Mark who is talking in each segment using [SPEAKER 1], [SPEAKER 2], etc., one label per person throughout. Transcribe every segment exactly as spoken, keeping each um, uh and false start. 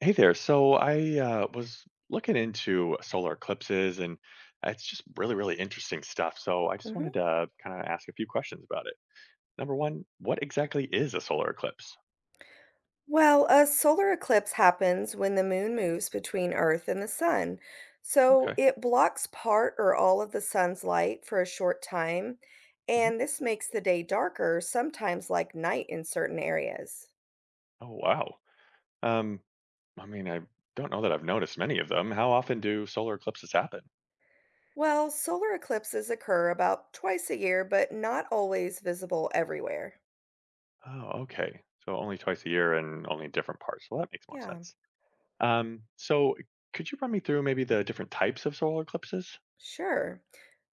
[SPEAKER 1] Hey there. So I uh, was looking into solar eclipses, and it's just really, really interesting stuff. So I just
[SPEAKER 2] Mhm.
[SPEAKER 1] wanted to kind of ask a few questions about it. Number one, what exactly is a solar eclipse?
[SPEAKER 2] Well, a solar eclipse happens when the moon moves between Earth and the sun. So
[SPEAKER 1] Okay.
[SPEAKER 2] it blocks part or all of the sun's light for a short time,
[SPEAKER 1] Hmm.
[SPEAKER 2] and this makes the day darker, sometimes like night in certain areas.
[SPEAKER 1] Oh, wow. Um, I mean, I don't know that I've noticed many of them. How often do solar eclipses happen?
[SPEAKER 2] Well, solar eclipses occur about twice a year, but not always visible everywhere.
[SPEAKER 1] Oh, okay. So only twice a year and only in different parts. Well, that makes more
[SPEAKER 2] Yeah.
[SPEAKER 1] sense. Um, so could you run me through maybe the different types of solar eclipses?
[SPEAKER 2] Sure.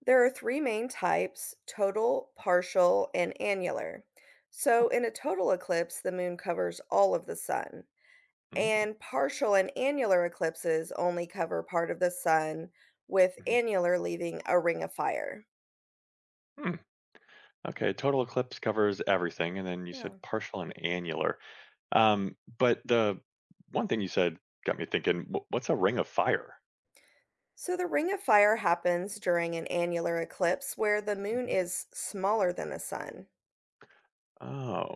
[SPEAKER 2] There are three main types: total, partial, and annular. So, in a total eclipse, the moon covers all of the sun,
[SPEAKER 1] Mm,
[SPEAKER 2] and partial and annular eclipses only cover part of the sun, with annular leaving a ring of fire.
[SPEAKER 1] Mm-hmm. Okay, total eclipse covers everything, and then you said
[SPEAKER 2] Yeah.
[SPEAKER 1] partial and annular. Um, but the one thing you said got me thinking, wh- what's a ring of fire?
[SPEAKER 2] So, the ring of fire happens during an annular eclipse where the moon
[SPEAKER 1] Mhm.
[SPEAKER 2] is smaller than the sun.
[SPEAKER 1] Oh,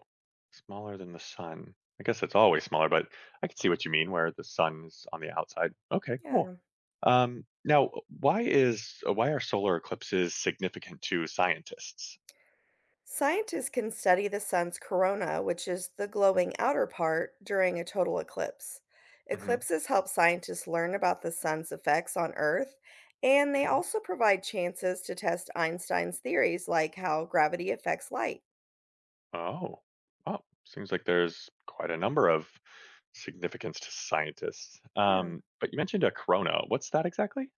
[SPEAKER 1] smaller than the sun. I guess it's always smaller, but I can see what you mean where the sun is on the outside. Okay, cool.
[SPEAKER 2] Yeah.
[SPEAKER 1] Um, now, uh, why is uh, why are solar eclipses significant to scientists?
[SPEAKER 2] Scientists can study the sun's corona, which is the glowing outer part, during a total eclipse.
[SPEAKER 1] Mm-hmm.
[SPEAKER 2] Eclipses help scientists learn about the sun's effects on Earth, and they
[SPEAKER 1] Okay.
[SPEAKER 2] also provide chances to test Einstein's theories, like how gravity affects light.
[SPEAKER 1] Oh, wow. Seems like there's quite a number of significance to scientists.
[SPEAKER 2] Yeah.
[SPEAKER 1] Um, but you mentioned a corona. What's that exactly?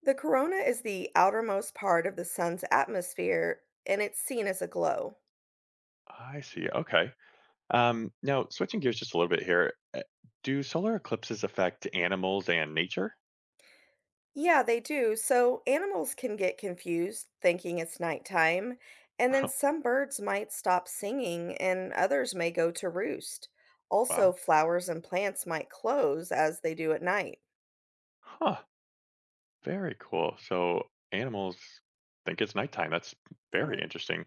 [SPEAKER 2] The corona is the outermost part of the sun's atmosphere, and it's seen as a glow.
[SPEAKER 1] I see. Okay. Um, now, switching gears just a little bit here. uh, Do solar eclipses affect animals and nature?
[SPEAKER 2] Yeah, they do. So animals can get confused thinking it's nighttime, and then
[SPEAKER 1] Oh,
[SPEAKER 2] some birds might stop singing and others may go to roost. Also,
[SPEAKER 1] wow.
[SPEAKER 2] flowers and plants might close as they do at night.
[SPEAKER 1] Huh. Very cool. So animals think it's nighttime. That's very
[SPEAKER 2] Yeah.
[SPEAKER 1] interesting.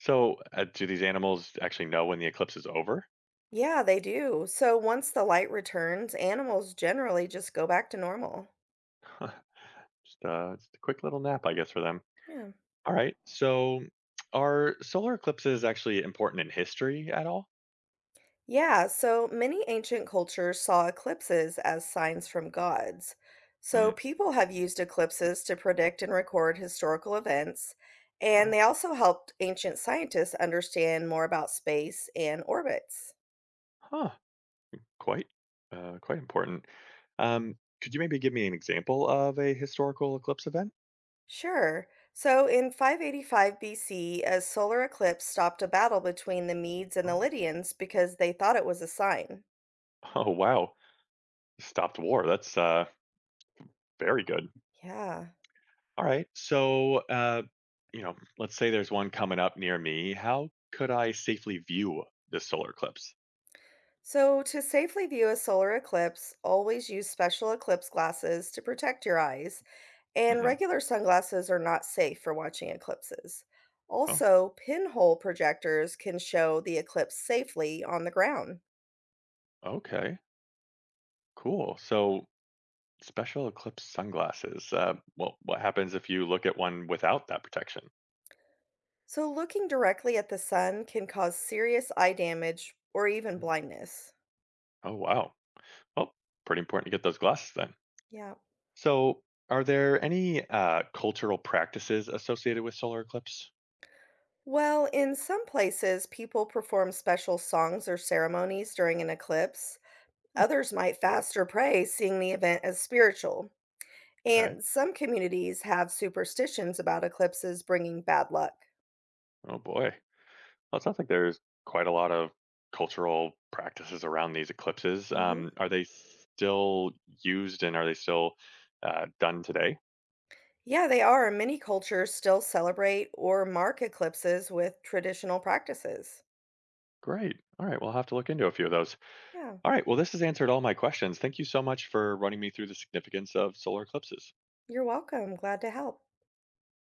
[SPEAKER 1] So, uh, do these animals actually know when the eclipse is over?
[SPEAKER 2] Yeah, they do. So once the light returns, animals generally just go back to normal.
[SPEAKER 1] Just, uh, just a quick little nap, I guess, for them.
[SPEAKER 2] Yeah.
[SPEAKER 1] All right. So, are solar eclipses actually important in history at all?
[SPEAKER 2] Yeah, so many ancient cultures saw eclipses as signs from gods. So
[SPEAKER 1] Mm,
[SPEAKER 2] people have used eclipses to predict and record historical events, and
[SPEAKER 1] wow.
[SPEAKER 2] they also helped ancient scientists understand more about space and orbits.
[SPEAKER 1] Huh. Quite. Uh, quite important. Um, could you maybe give me an example of a historical eclipse event?
[SPEAKER 2] Sure. So in five eighty-five B C, a solar eclipse stopped a battle between the Medes and the
[SPEAKER 1] Oh,
[SPEAKER 2] Lydians because they thought it was a sign.
[SPEAKER 1] oh wow. Stopped war. That's uh, very good.
[SPEAKER 2] Yeah.
[SPEAKER 1] All right. So, uh, you know, let's say there's one coming up near me. How could I safely view the solar eclipse?
[SPEAKER 2] So, to safely view a solar eclipse, always use special eclipse glasses to protect your eyes, and
[SPEAKER 1] Hmm.
[SPEAKER 2] regular sunglasses are not safe for watching eclipses.
[SPEAKER 1] Oh,
[SPEAKER 2] Also, pinhole projectors can show the eclipse safely on the ground.
[SPEAKER 1] okay. Cool. So, special eclipse sunglasses. Uh, well, what happens if you look at one without that protection?
[SPEAKER 2] So, looking directly at the sun can cause serious eye damage or even
[SPEAKER 1] Mm.
[SPEAKER 2] blindness.
[SPEAKER 1] Oh, wow. Well, pretty important to get those glasses then.
[SPEAKER 2] Yeah.
[SPEAKER 1] So, are there any uh, cultural practices associated with solar eclipse?
[SPEAKER 2] Well, in some places, people perform special songs or ceremonies during an eclipse.
[SPEAKER 1] Hmm.
[SPEAKER 2] Others might fast or pray, seeing the event as spiritual.
[SPEAKER 1] Okay.
[SPEAKER 2] And some communities have superstitions about eclipses bringing bad luck.
[SPEAKER 1] Oh, boy. Well, it sounds like there's quite a lot of cultural practices around these eclipses.
[SPEAKER 2] Mhm.
[SPEAKER 1] Um, are they still used and are they still uh, done today?
[SPEAKER 2] Yeah, they are. Many cultures still celebrate or mark eclipses with traditional practices.
[SPEAKER 1] Great. All right. We'll have to look into a few of those.
[SPEAKER 2] Yeah,
[SPEAKER 1] All right, well, this has answered all my questions. Thank you so much for running me through the significance of solar eclipses.
[SPEAKER 2] you're welcome. Glad to help.